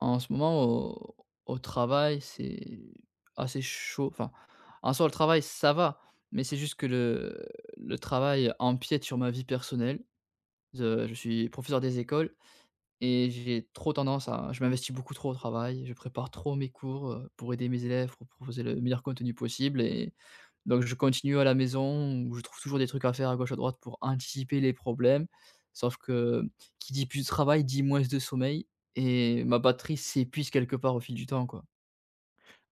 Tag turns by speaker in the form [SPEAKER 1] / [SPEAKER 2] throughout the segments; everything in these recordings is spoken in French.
[SPEAKER 1] En ce moment, au travail, c'est assez chaud. Enfin, en soi, le travail, ça va, mais c'est juste que le travail empiète sur ma vie personnelle. Je suis professeur des écoles et j'ai trop tendance à je m'investis beaucoup trop au travail, je prépare trop mes cours, pour aider mes élèves, pour proposer le meilleur contenu possible et donc je continue à la maison où je trouve toujours des trucs à faire à gauche, à droite pour anticiper les problèmes. Sauf que qui dit plus de travail dit moins de sommeil, et ma batterie s'épuise quelque part au fil du temps, quoi.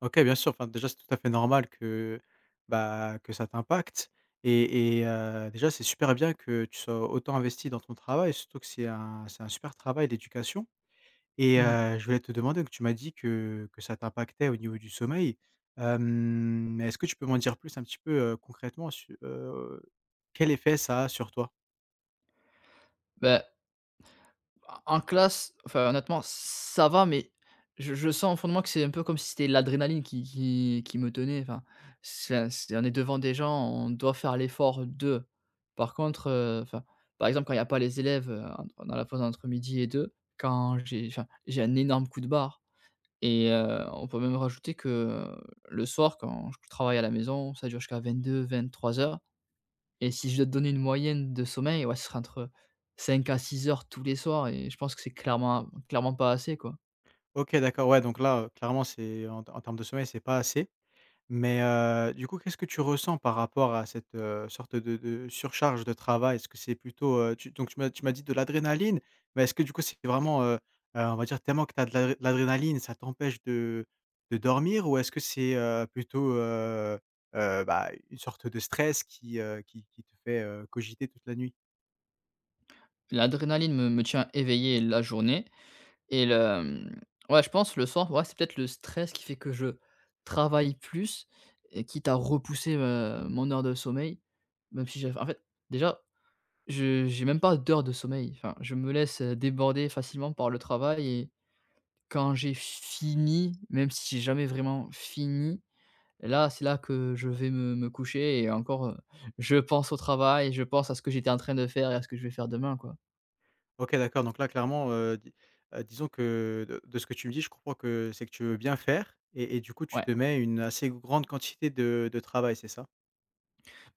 [SPEAKER 2] OK, bien sûr, enfin, déjà, c'est tout à fait normal que, bah, que ça t'impacte et déjà, c'est super bien que tu sois autant investi dans ton travail, surtout que c'est un super travail, d'éducation. et
[SPEAKER 1] Mmh.
[SPEAKER 2] heu, je voulais te demander, donc tu m'as dit que ça t'impactait au niveau du sommeil. Hem, mais est-ce que tu peux m'en dire plus un petit peu, concrètement su quel effet ça a sur toi?
[SPEAKER 1] Bah, en classe, enfin, honnêtement, ça va, mais je sens au fond de moi que c'est un peu comme si c'était l'adrénaline qui me tenait, enfin, ça c'est on est devant des gens, on doit faire l'effort de. Par contre, enfin, par exemple, quand il n'y a pas les élèves, en dans la pause entre midi et 2, quand j'ai enfin, j'ai un énorme coup de barre. Et on peut même rajouter que, le soir, quand je travaille à la maison, ça dure jusqu'à 22 heures. Et si je dois te donner une moyenne de sommeil, ouais, ce serait entre 5 à 6 heures tous les soirs, et je pense que c'est clairement clairement pas assez, quoi.
[SPEAKER 2] OK, d'accord, ouais, donc là, clairement, c'est en termes de sommeil, c'est pas assez. Mais, du coup, qu'est-ce que tu ressens par rapport à cette, sorte de surcharge de travail? Est-ce que c'est plutôt, tu donc tu m'as dit de l'adrénaline, mais est-ce que du coup c'est vraiment, on va dire tellement que tu as de l'adrénaline, ça t'empêche de dormir? Ou est-ce que c'est, plutôt, bah, une sorte de stress qui, qui te fait, cogiter toute la nuit?
[SPEAKER 1] L'adrénaline me tient éveillé la journée, et ouais, je pense le soir, ouais, c'est peut-être le stress qui fait que je travaille plus et quitte à repousser, mon heure de sommeil, même si j'ai, en fait, déjà, je j'ai même pas d'heure de sommeil. Enfin, je me laisse, déborder facilement par le travail et quand j'ai fini, même si j'ai jamais vraiment fini, et là, c'est là que je vais me coucher et encore, je pense au travail, je pense à ce que j'étais en train de faire et à ce que je vais faire demain, quoi.
[SPEAKER 2] OK, d'accord, donc là clairement, di disons que de ce que tu me dis, je comprends que c'est que tu veux bien faire et du coup tu
[SPEAKER 1] Ouais,
[SPEAKER 2] te mets une assez grande quantité de travail, c'est ça?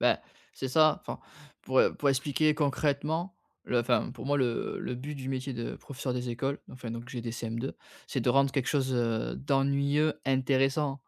[SPEAKER 1] ben, c'est ça, enfin, pour expliquer concrètement, le enfin, pour moi, le but du métier de professeur des écoles, enfin, donc j'ai des CM2, c'est de rendre quelque chose, d'ennuyeux intéressant.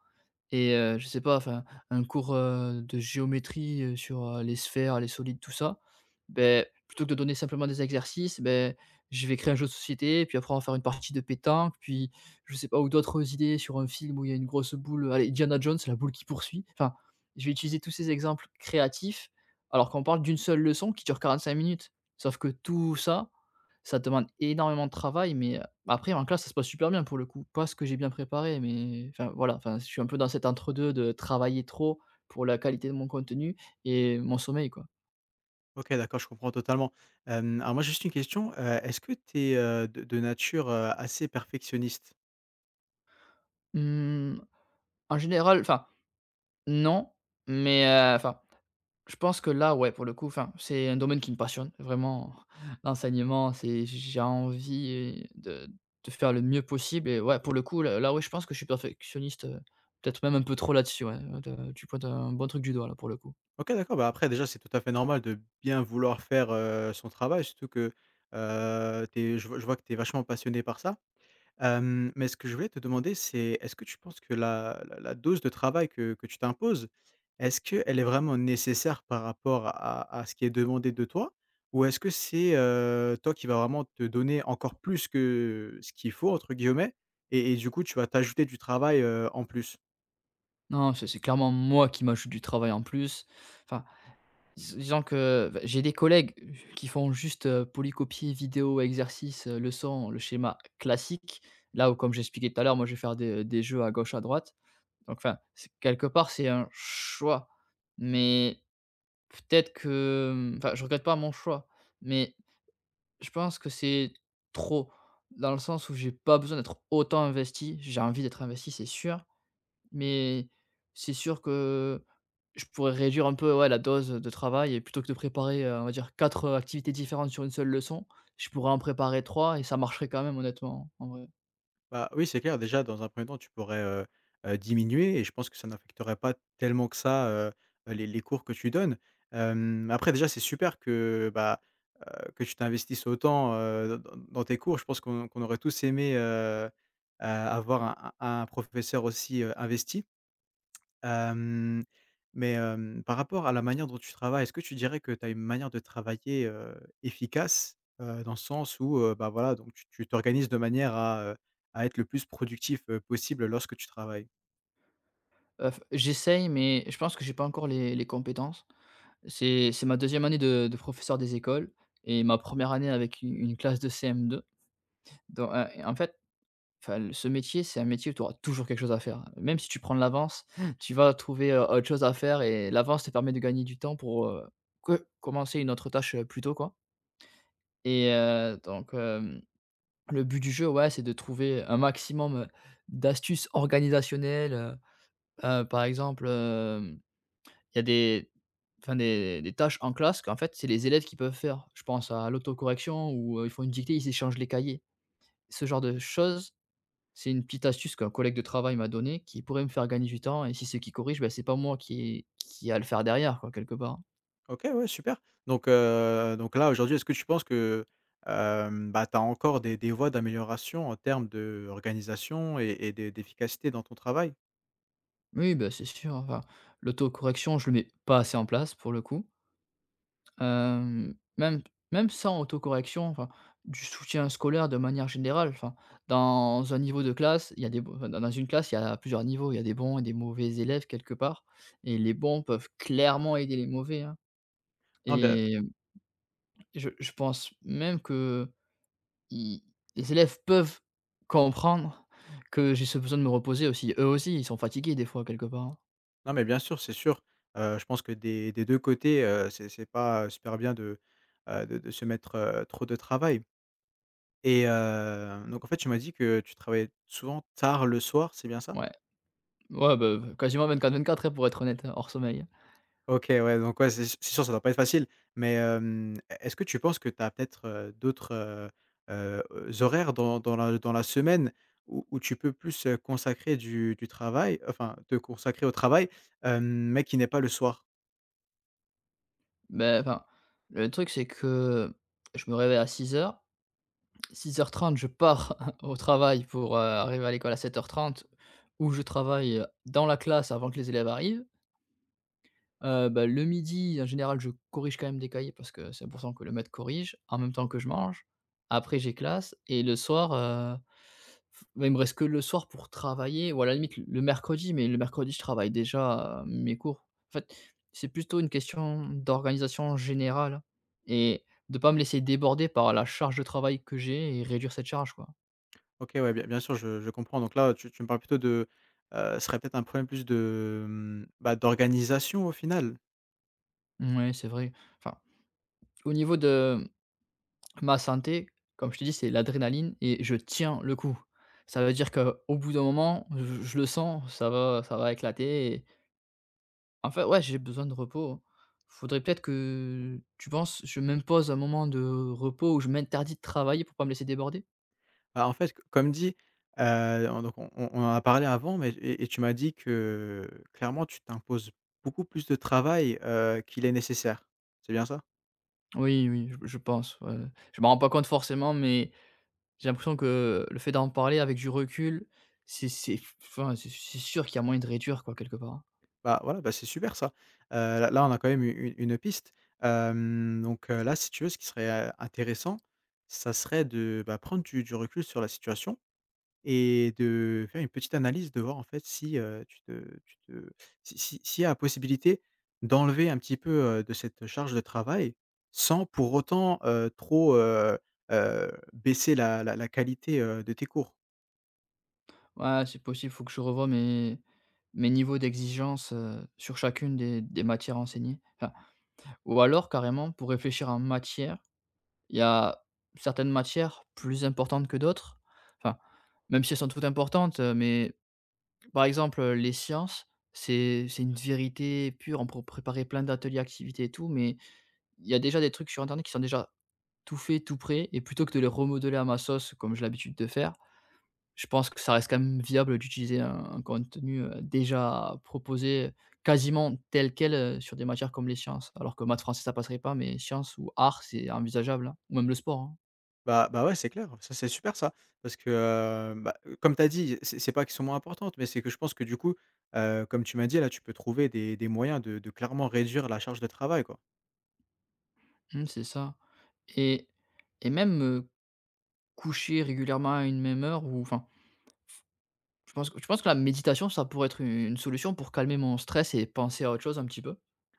[SPEAKER 1] Et je sais pas, enfin, un cours, de géométrie, sur, les sphères, les solides, tout ça, ben plutôt que de donner simplement des exercices, ben je vais créer un jeu de société, puis après on va faire une partie de pétanque, puis je sais pas, ou d'autres idées sur un film où il y a une grosse boule, allez, Indiana Jones, la boule qui poursuit. Enfin, je vais utiliser tous ces exemples créatifs, alors qu'on parle d'une seule leçon qui dure 45 minutes. Sauf que tout ça, ça demande énormément de travail, mais après en classe, ça se passe super bien pour le coup. Pas ce que j'ai bien préparé, mais enfin voilà, enfin je suis un peu dans cet entre 2 de travailler trop pour la qualité de mon contenu et mon sommeil, quoi.
[SPEAKER 2] OK, d'accord, je comprends totalement. Alors moi, juste une question, est-ce que tu es, de nature, assez perfectionniste?
[SPEAKER 1] Mmh, en général, enfin non, mais enfin, je pense que là, ouais, pour le coup, enfin, c'est un domaine qui me passionne vraiment l'enseignement, c'est j'ai envie de de faire le mieux possible et ouais, pour le coup, ouais, je pense que je suis perfectionniste, peut-être même un peu trop là-dessus, ouais, de tu pointes un bon truc du doigt là pour le coup.
[SPEAKER 2] OK, d'accord, bah, après déjà, c'est tout à fait normal de bien vouloir faire, son travail, surtout que, tu je vois que tu es vachement passionné par ça. Mais ce que je voulais te demander, c'est est-ce que tu penses que la dose de travail que tu t'imposes, est-ce qu'elle est vraiment nécessaire par rapport à ce qui est demandé de toi? Ou est-ce que c'est, toi qui vas vraiment te donner encore plus que «ce qu'il faut» entre guillemets et du coup tu vas t'ajouter du travail, en plus?
[SPEAKER 1] Non, c'est clairement moi qui m'ajoute du travail en plus. Enfin, disons que, bah, j'ai des collègues qui font juste, polycopier vidéo, exercice, leçon, le schéma classique. Là où, comme j'expliquais tout à l'heure, moi je vais faire des jeux à gauche, à droite. Donc enfin, c'est quelque part, c'est un choix. Mais peut-être que, enfin, je regrette pas mon choix, mais je pense que c'est trop, dans le sens où j'ai pas besoin d'être autant investi. J'ai envie d'être investi, c'est sûr, mais c'est sûr que je pourrais réduire un peu, ouais, la dose de travail et plutôt que de préparer, on va dire 4 activités différentes sur une seule leçon, je pourrais en préparer 3 et ça marcherait quand même honnêtement, en vrai.
[SPEAKER 2] Bah, oui, c'est clair. Déjà, dans un premier temps, tu pourrais, diminuer et je pense que ça n'affecterait pas tellement que ça, les cours que tu donnes. Après déjà, c'est super que, bah, que tu t'investisses autant, dans tes cours. Je pense qu'on aurait tous aimé, a avoir un professeur aussi, investi. Hem, Par rapport à la manière dont tu travailles, est-ce que tu dirais que tu as une manière de travailler, efficace? Dans le sens où, bah, voilà, donc tu t'organises de manière à être le plus productif, possible lorsque tu travailles.
[SPEAKER 1] F J'essaye mais je pense que j'ai pas encore les compétences. C'est ma deuxième année de professeur des écoles et ma première année avec u une classe de CM2 en fait, Enfin, le ce métier, c'est un métier où tu auras toujours quelque chose à faire. Même si tu prends de l'avance, tu vas trouver, autre chose à faire et l'avance te permet de gagner du temps pour, que commencer une autre tâche, plus tôt, quoi. Et donc le but du jeu, ouais, c'est de trouver un maximum, d'astuces organisationnelles, par exemple, il y a des enfin des tâches en classe qu'en fait, c'est les élèves qui peuvent faire. Je pense à l'autocorrection où, ils font une dictée, ils échangent les cahiers. Ce genre de choses. C'est une petite astuce qu'un collègue de travail m'a donnée, qui pourrait me faire gagner du temps et si c'est qui corrige, ben c'est pas moi qui a à le faire derrière, quoi, quelque part.
[SPEAKER 2] OK, ouais, super. Donc, là, aujourd'hui, est-ce que tu penses que, bah, tu as encore des voies d'amélioration en termes d'organisation et d'efficacité dans ton travail?
[SPEAKER 1] Oui, bah, c'est sûr, enfin, l'autocorrection, je le mets pas assez en place pour le coup. Hem, même même sans autocorrection, enfin, du soutien scolaire de manière générale, enfin, dans un niveau de classe, il y a des b enfin, dans une classe, il y a plusieurs niveaux, il y a des bons et des mauvais élèves quelque part, et les bons peuvent clairement aider les mauvais, hein,
[SPEAKER 2] Non, bien.
[SPEAKER 1] et je pense même que ils les élèves peuvent comprendre que j'ai ce besoin de me reposer aussi. Eux aussi, ils sont fatigués des fois quelque part, hein.
[SPEAKER 2] Non, mais bien sûr, c'est sûr. Je pense que des 2 côtés, c'est pas super bien de, de se mettre, trop de travail et donc en fait, tu m'as dit que tu travaillais souvent tard le soir, c'est bien ça?
[SPEAKER 1] Ouais, ouais, bah, quasiment 24-24, hein, pour être honnête, hein, hors sommeil.
[SPEAKER 2] OK, ouais, donc ouais, c'est sûr, ça doit pas être facile, mais hem, e est-ce que tu penses que tu as peut-être, d'autres, heu, horaires dans la semaine où tu peux plus, consacrer du travail, enfin, te consacrer au travail, hem, mais qui n'est pas le soir?
[SPEAKER 1] Ben, enfin, le truc c'est que je me réveille à 6:00, 6:30 je pars au travail pour, arriver à l'école à 7:30 où je travaille, dans la classe avant que les élèves arrivent. Bah, le midi, en général, je corrige quand même des cahiers parce que c'est important que le maître corrige, en même temps que je mange. Après, j'ai classe et le soir, f bah, il me reste que le soir pour travailler ou à la limite le mercredi, mais le mercredi, je travaille déjà, mes cours. En fait, c'est plutôt une question d'organisation générale et de pas me laisser déborder par la charge de travail que j'ai, et réduire cette charge, quoi.
[SPEAKER 2] OK, ouais, bien bien sûr, je comprends. Donc là, tu me parles plutôt de, ce serait peut-être un problème plus de, mmh, bah, d'organisation au final?
[SPEAKER 1] Mouais, c'est vrai. Enfin, au niveau de ma santé, comme je te dis, c'est l'adrénaline et je tiens le coup. Ça veut dire qu'au bout d'un moment, je le sens, ça va éclater et en fait, ouais, j'ai besoin de repos. Faudrait peut-être que tu penses, je m'impose un moment de repos où je m'interdis de travailler pour pas me laisser déborder?
[SPEAKER 2] Bah, en fait, c comme dit, on donc on en a parlé avant, mais et tu m'as dit que clairement tu t'imposes beaucoup plus de travail, qu'il est nécessaire. C'est bien ça?
[SPEAKER 1] Oui, oui, je pense, ouais. Je me rends pas compte forcément, mais j'ai l'impression que le fait d'en parler avec du recul, c'est enfin, c'est sûr qu'il y a moyen de réduire, quoi, quelque part.
[SPEAKER 2] Bah, voilà, bah, c'est super ça. On a quand même une piste. Hem, donc Là, si tu veux, ce qui serait, intéressant, ça serait de, bah, prendre du recul sur la situation. Et de faire une petite analyse, de voir en fait si, tu te si s'il y a la possibilité d'enlever un petit peu, de cette charge de travail, sans pour autant, baisser la qualité, de tes cours.
[SPEAKER 1] Ouais, c'est possible, faut que je revoie mes niveaux d'exigence, sur chacune des matières enseignées. Enfin, ou alors carrément pour réfléchir en matière, il y a certaines matières plus importantes que d'autres. Enfin, même si elles sont toutes importantes, mais par exemple, les sciences, c'est une vérité pure. On peut préparer plein d'ateliers, activités et tout, mais il y a déjà des trucs sur internet qui sont déjà tout faits, tout prêts, et plutôt que de les remodeler à ma sauce comme j'ai l'habitude de faire, je pense que ça reste quand même viable d'utiliser un contenu, déjà proposé quasiment tel quel, sur des matières comme les sciences. Alors que maths, français, ça passerait pas, mais sciences ou arts, c'est envisageable, hein, ou même le sport, hein.
[SPEAKER 2] Bah, ouais, c'est clair, ça, c'est super ça, parce que, bah, comme tu as dit, c'est pas qu'elles sont moins importantes, mais c'est que je pense que du coup, comme tu m'as dit là, tu peux trouver des moyens de clairement réduire la charge de travail, quoi.
[SPEAKER 1] Mmh, c'est ça, et et même, coucher régulièrement à une même heure ou enfin, je pense que la méditation, ça pourrait être une solution pour calmer mon stress et penser à autre chose un petit peu.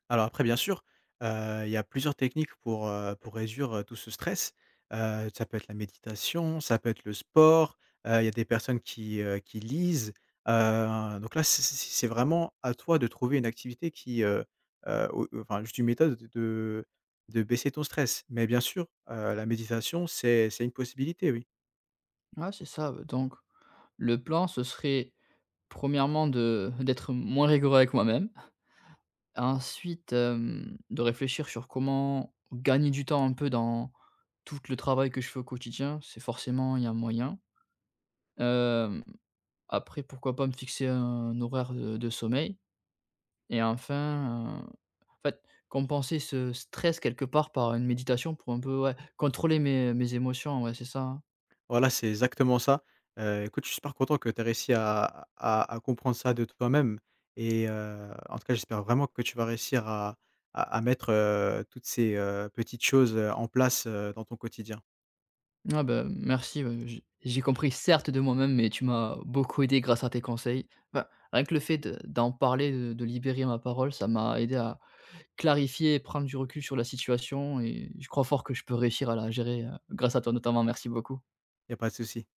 [SPEAKER 2] Alors après bien sûr, il y a plusieurs techniques pour réduire, tout ce stress. Ça peut être la méditation, ça peut être le sport, il y a des personnes qui lisent. Donc là, c'est vraiment à toi de trouver une activité qui, au enfin juste une méthode de baisser ton stress. Mais bien sûr, la méditation, c'est une possibilité, oui.
[SPEAKER 1] Ouais, c'est ça, ouais. Donc le plan, ce serait premièrement de d'être moins rigoureux avec moi-même. Ensuite, de réfléchir sur comment gagner du temps un peu dans tout le travail que je fais au quotidien, c'est forcément il y a un moyen. Hem, Après pourquoi pas me fixer un horaire de sommeil et enfin, en fait compenser ce stress quelque part par une méditation pour un peu, ouais, contrôler mes émotions, ouais, c'est ça, hein.
[SPEAKER 2] Voilà, c'est exactement ça. Écoute, je suis super content que tu aies réussi à comprendre ça de toi-même et en tout cas, j'espère vraiment que tu vas réussir à mettre, toutes ces, petites choses, en place, dans ton quotidien.
[SPEAKER 1] Ben merci, ouais, j'ai compris certes de moi-même, mais tu m'as beaucoup aidé grâce à tes conseils. Enfin, rien que le fait de d'en parler, de libérer ma parole, ça m'a aidé à clarifier et prendre du recul sur la situation et je crois fort que je peux réussir à la gérer, grâce à toi notamment. Merci beaucoup.
[SPEAKER 2] Il n'y a pas de souci.